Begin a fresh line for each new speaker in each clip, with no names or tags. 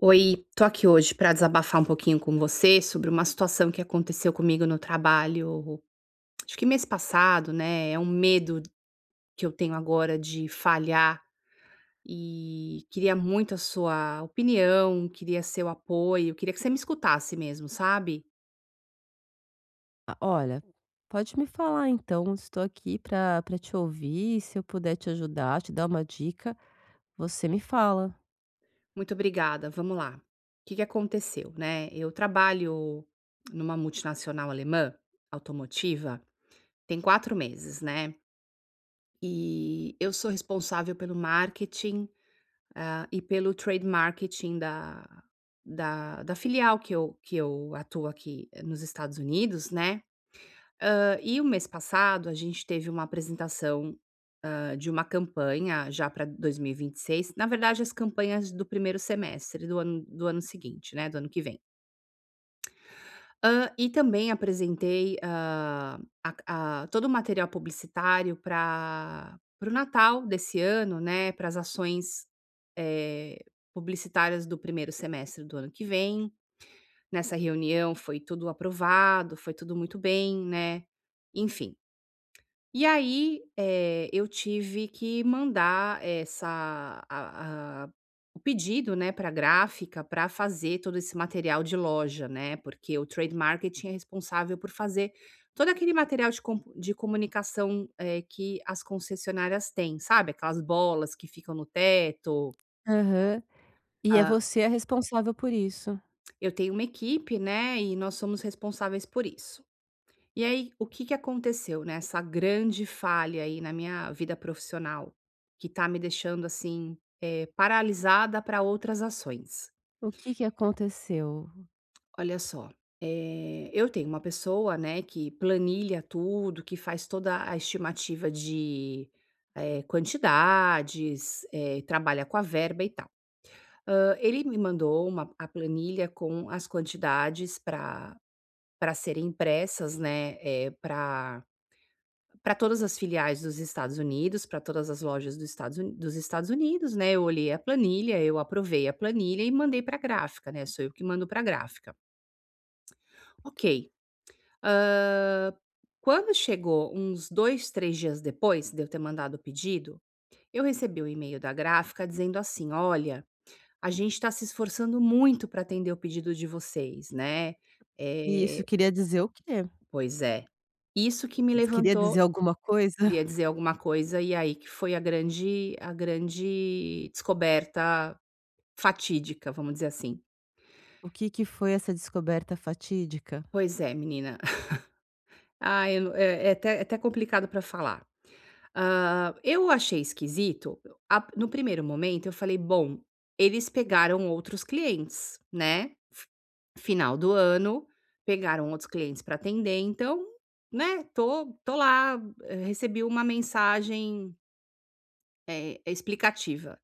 Oi, tô aqui hoje pra desabafar um pouquinho com você sobre uma situação que aconteceu comigo no trabalho, acho que mês passado, né. É um medo que eu tenho agora de falhar e queria muito a sua opinião, queria seu apoio, queria que você me escutasse mesmo, sabe.
Ah, olha, pode me falar então, estou aqui para te ouvir, se eu puder te ajudar, te dar uma dica, você me fala.
Muito obrigada, vamos lá. O Que que aconteceu, né. Eu trabalho numa multinacional alemã, automotiva, tem 4 meses, né, e eu sou responsável pelo marketing. Ah, e pelo trade marketing da filial que eu atuo aqui, nos Estados Unidos, né. E o mês passado a gente teve uma apresentação, de uma campanha já para 2026. Na verdade as campanhas do primeiro semestre do ano seguinte, né, do ano que vem. E também apresentei, a todo o material publicitário pra para o Natal desse ano, né, para as ações, eh, publicitárias do primeiro semestre do ano que vem. Nessa reunião foi tudo aprovado, foi tudo muito bem, né, enfim. E aí, eu tive que mandar essa a o pedido, né, para a gráfica para fazer todo esse material de loja, né, porque o Trade Marketing é responsável por fazer todo aquele material de comunicação, que as concessionárias têm, sabe, aquelas bolas que ficam no teto.
Aham. E é
Hã.
você a responsável por isso.
Eu tenho uma equipe, né, e nós somos responsáveis por isso. E aí, o que que aconteceu, né, essa grande falha aí na minha vida profissional, que tá me deixando, assim, paralisada para outras ações.
O que que aconteceu?
Olha só, eu tenho uma pessoa, né, que planilha tudo, que faz toda a estimativa de, quantidades, trabalha com a verba e tal. Ele me mandou uma a planilha com as quantidades para para serem impressas, né. Para para todas as filiais dos Estados Unidos, para todas as lojas dos Estados Unidos, né, eu olhei a planilha, eu aprovei a planilha e mandei para a gráfica, né, sou eu que mando para a gráfica. Ok, hã, quando chegou uns 2, 3 dias depois de eu ter mandado o pedido, eu recebi o e-mail da gráfica dizendo assim: "Olha, a gente está se esforçando muito para atender o pedido de vocês, né".
E isso
Eh
queria dizer o quê?
Pois é. Isso que me
Queria
levantou.
dizer alguma coisa?
Queria dizer alguma coisa e aí que foi a grande descoberta fatídica, vamos dizer assim.
O que que foi essa descoberta fatídica?
Pois é, menina. Eu não, até é até complicado para falar. Eu achei esquisito, a no primeiro momento eu falei: "Bom, eles pegaram outros clientes, né, f final do ano, pegaram outros clientes para atender, então, né, tô lá, recebi uma mensagem, explicativa".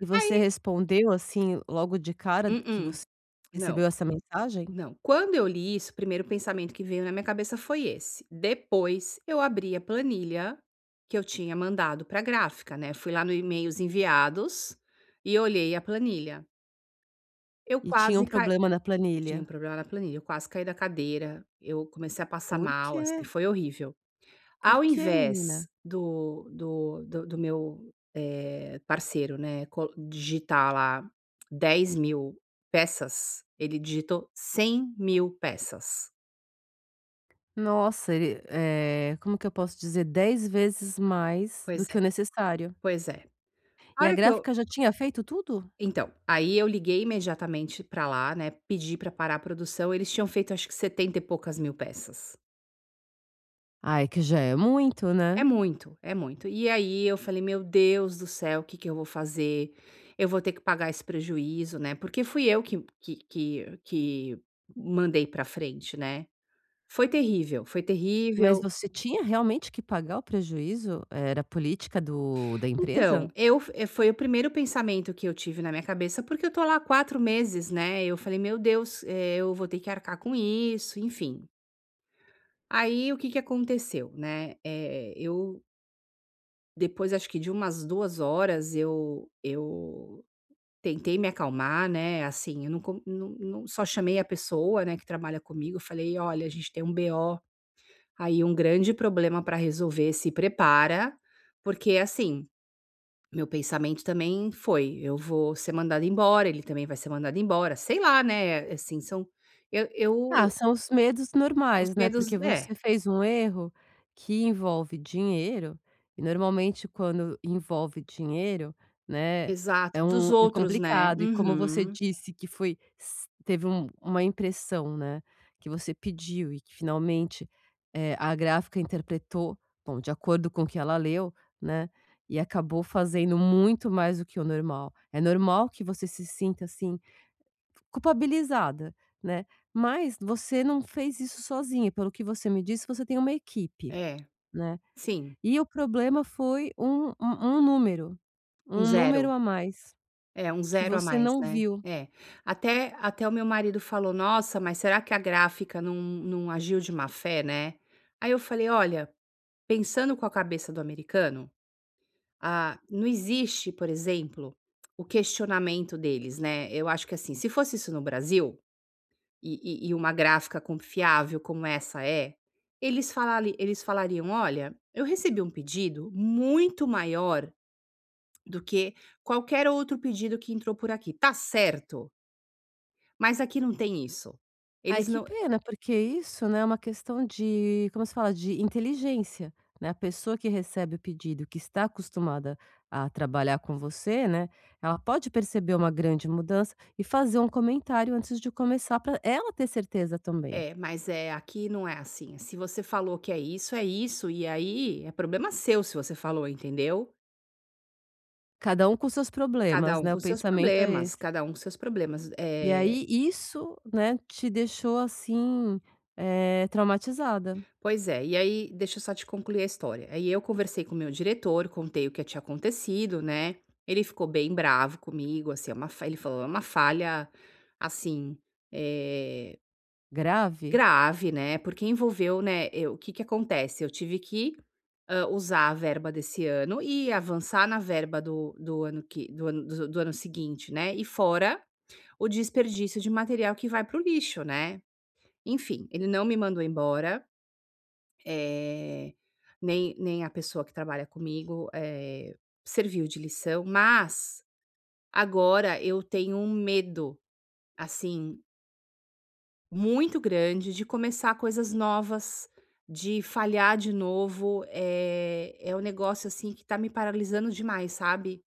E
Aí
você respondeu, assim, logo de cara d que
mm-mm.
você
Não,
recebeu essa mensagem?
não. Quando eu li isso, o primeiro pensamento que veio na minha cabeça foi esse. Depois eu abri a planilha que eu tinha mandado para a gráfica, né? Fui lá no e-mails enviados e olhei a planilha. Eu
E tinha um
quase caí.
problema na
Tinha um
planilha.
problema na planilha, eu quase caí da cadeira, eu comecei a passar
Por
mal, assim,
quê?
foi horrível.
Por
Ao
quê, menina?
invés do meu, parceiro, né, co digitar lá 10 mil peças, ele digitou 100 mil peças.
Nossa, ele como que eu posso dizer? 10 vezes mais
Pois
do
é.
que o necessário.
Pois é. A
E a
hora que eu,
gráfica já tinha feito tudo?
então, aí eu liguei imediatamente pra lá, né, pedi pra parar a produção, eles tinham feito acho que 70 e poucas mil peças.
Ai, que já é muito,
É
né.
muito, é muito. E aí eu falei: "Meu Deus do céu, o que que eu vou fazer? Eu vou ter que pagar esse prejuízo, né", porque fui eu que mandei pra frente, né. Foi terrível, foi
Mas
terrível.
você tinha realmente que pagar o prejuízo? Era política do da
Então,
empresa?
foi o primeiro pensamento que eu tive na minha cabeça, porque eu tô lá há 4 meses, né, eu falei: "Meu Deus, eu vou ter que arcar com isso", enfim. Aí o que que aconteceu, né, eu depois acho que de umas 2 horas eu tentei me acalmar, né, assim, eu não com não não só chamei a pessoa, né, que trabalha comigo, falei: "Olha, a gente tem um BO aí, um grande problema para resolver, se prepara", porque, assim, meu pensamento também foi: "Eu vou ser mandada embora, ele também vai ser mandado embora", sei lá, né, assim, são eu
Ah, são os medos
os
normais, né,
medos".
porque
É,
você fez um erro que envolve dinheiro, e normalmente quando envolve dinheiro, né, é
exato, dos
um é
outros, né.
complicado. E como você
Uhum.
disse que foi s teve um uma impressão, né, que você pediu e que finalmente, a gráfica interpretou, bom, de acordo com o que ela leu, né, e acabou fazendo muito mais do que o normal. É normal que você se sinta assim culpabilizada, né. Mas você não fez isso sozinha, pelo que você me disse, você tem uma equipe,
É,
né.
sim,
E o problema foi um número,
um
um número
zero.
a mais
É, um
que
zero a
você
mais,
não
né.
viu.
É. Até o meu marido falou: "Nossa, mas será que a gráfica não agiu de má fé, né?". Aí eu falei: "Olha, pensando com a cabeça do americano, ah, não existe, por exemplo, o questionamento deles, né". Eu acho que, assim, se fosse isso no Brasil, e uma gráfica confiável como essa é, eles falariam: "Olha, eu recebi um pedido muito maior do que qualquer outro pedido que entrou por aqui. Tá certo?". Mas aqui não tem isso.
Ai,
Eles
que
não.
pena, porque isso, né, é uma questão de, como se fala, de inteligência, né. A pessoa que recebe o pedido, que está acostumada a trabalhar com você, né, ela pode perceber uma grande mudança e fazer um comentário antes de começar para ela ter certeza também.
É, mas é, aqui não é assim. Se você falou que é isso, e aí é problema seu se você falou, entendeu?
Cada um com seus
Cada
problemas,
um
né, o
com seus
pensamento é
problemas,
esse.
cada um com seus problemas.
E aí isso, né, te deixou assim, traumatizada,
Pois é, e aí deixa eu só te concluir a história. Aí eu conversei com o meu diretor, contei o que tinha acontecido, né. Ele ficou bem bravo comigo, assim, é uma fa ele falou: "É uma falha, assim, eh".
grave.
Grave, né, porque envolveu, né, o que que acontece, eu tive que, usar a verba desse ano e avançar na verba do ano que do ano do do ano seguinte, né, e fora o desperdício de material que vai para o lixo, né. Enfim, ele não me mandou embora, eh, nem a pessoa que trabalha comigo, serviu de lição, mas agora eu tenho um medo, assim, muito grande, de começar coisas novas, de falhar de novo, é um negócio, assim, que tá me paralisando demais, sabe?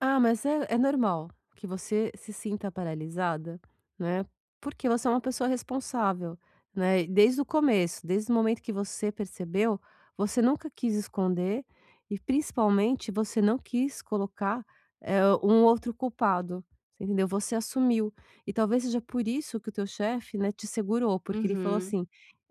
Ah, mas é é normal que você se sinta paralisada, né, porque você é uma pessoa responsável, né, desde o começo, desde o momento que você percebeu, você nunca quis esconder e principalmente você não quis colocar, um outro culpado, você entendeu? Você assumiu e talvez seja por isso que o teu chefe, né, te segurou, porque ele falou
Uhum,
assim: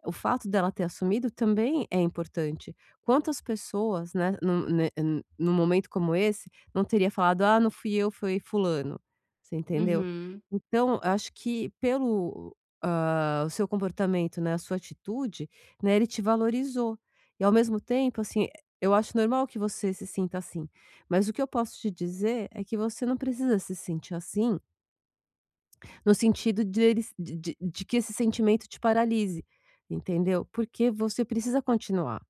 "O fato dela ter assumido também é importante". Quantas pessoas, né, num ne no momento como esse não teria falado: "Ah, não fui eu, foi fulano", você entendeu?
uhum.
Então, acho que pelo, o seu comportamento, né, a sua atitude, né, ele te valorizou. E ao mesmo tempo, assim, eu acho normal que você se sinta assim, mas o que eu posso te dizer é que você não precisa se sentir assim, no sentido de eles de que esse sentimento te paralise, entendeu? Porque você precisa continuar.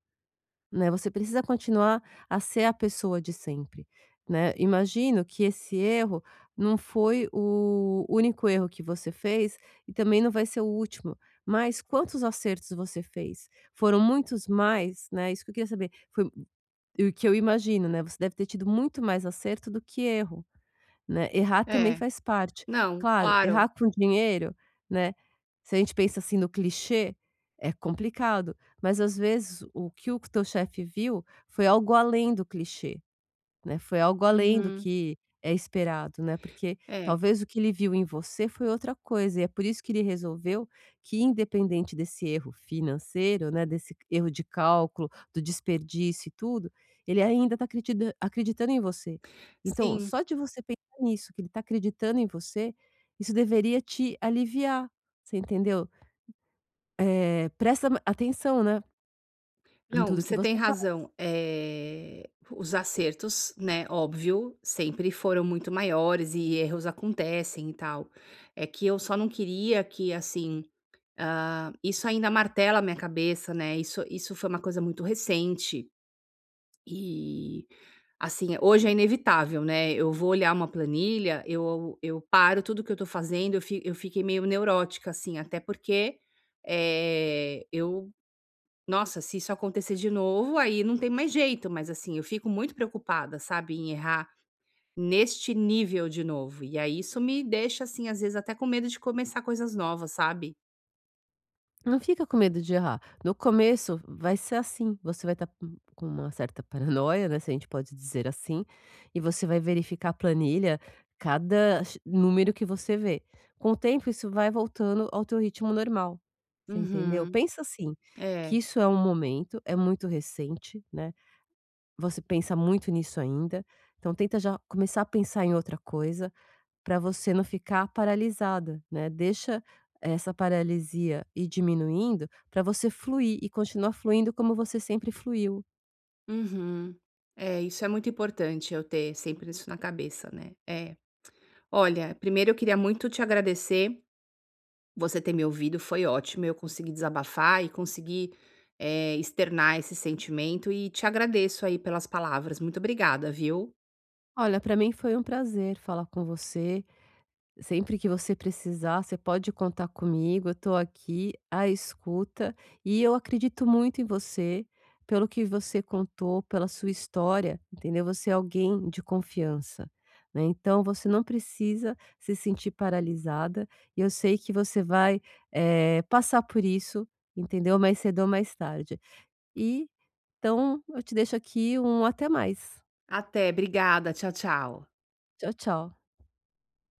Né, você precisa continuar a ser a pessoa de sempre, né. Imagino que esse erro não foi o único erro que você fez e também não vai ser o último, mas quantos acertos você fez? Foram muitos mais, né, isso que eu queria saber. Foi o que eu imagino, né, você deve ter tido muito mais acerto do que erro. Né, errar também
É.
faz parte.
Não,
Claro,
claro.
errar com dinheiro, né, se a gente pensa assim no clichê, é complicado, mas às vezes o que o teu chefe viu foi algo além do clichê, né, foi algo além do
Uhum.
que é esperado, né, porque
É.
talvez o que ele viu em você foi outra coisa e é por isso que ele resolveu que independente desse erro financeiro, né, desse erro de cálculo, do desperdício e tudo, ele ainda está acreditando em você. Então,
Sim.
só de você pensar nisso, que ele está acreditando em você, isso deveria te aliviar, você entendeu? Presta atenção, né, em
Não,
tudo que
você tem
você.
razão. É os acertos, né, óbvio, sempre foram muito maiores e erros acontecem e tal. É que eu só não queria que, assim, ah, isso ainda martela a minha cabeça, né, isso foi uma coisa muito recente e, assim, hoje é inevitável, né, eu vou olhar uma planilha, eu paro tudo que eu tô fazendo, eu fiquei meio neurótica, assim, até porque, eh, eu nossa, se isso acontecer de novo, aí não tem mais jeito, mas, assim, eu fico muito preocupada, sabe, em errar neste nível de novo, e aí isso me deixa, assim, às vezes até com medo de começar coisas novas, sabe.
Não fica com medo de errar. No começo vai ser assim, você vai estar com uma certa paranoia, né, se a gente pode dizer assim, e você vai verificar a planilha, cada x número que você vê. Com o tempo isso vai voltando ao teu ritmo normal, você entendeu?
Uhum.
Pensa assim, que
É.
isso é um momento, é muito recente, né, você pensa muito nisso ainda, então tenta já começar a pensar em outra coisa, para você não ficar paralisada, né, deixa essa paralisia ir diminuindo para você fluir e continuar fluindo como você sempre fluiu.
Uhum. É, isso é muito importante eu ter sempre isso na cabeça, né? É. Olha, primeiro eu queria muito te agradecer, você ter me ouvido, foi ótimo, eu consegui desabafar e consegui, externar esse sentimento e te agradeço aí pelas palavras. Muito obrigada, viu?
Olha, para mim foi um prazer falar com você. Sempre que você precisar, você pode contar comigo, eu estou aqui à escuta e eu acredito muito em você, pelo que você contou, pela sua história, entendeu? Você é alguém de confiança, né? Então você não precisa se sentir paralisada e eu sei que você vai, passar por isso, entendeu? Mais cedo ou mais tarde. E, então eu te deixo aqui um até mais.
Até, obrigada. Tchau, tchau.
Tchau, tchau.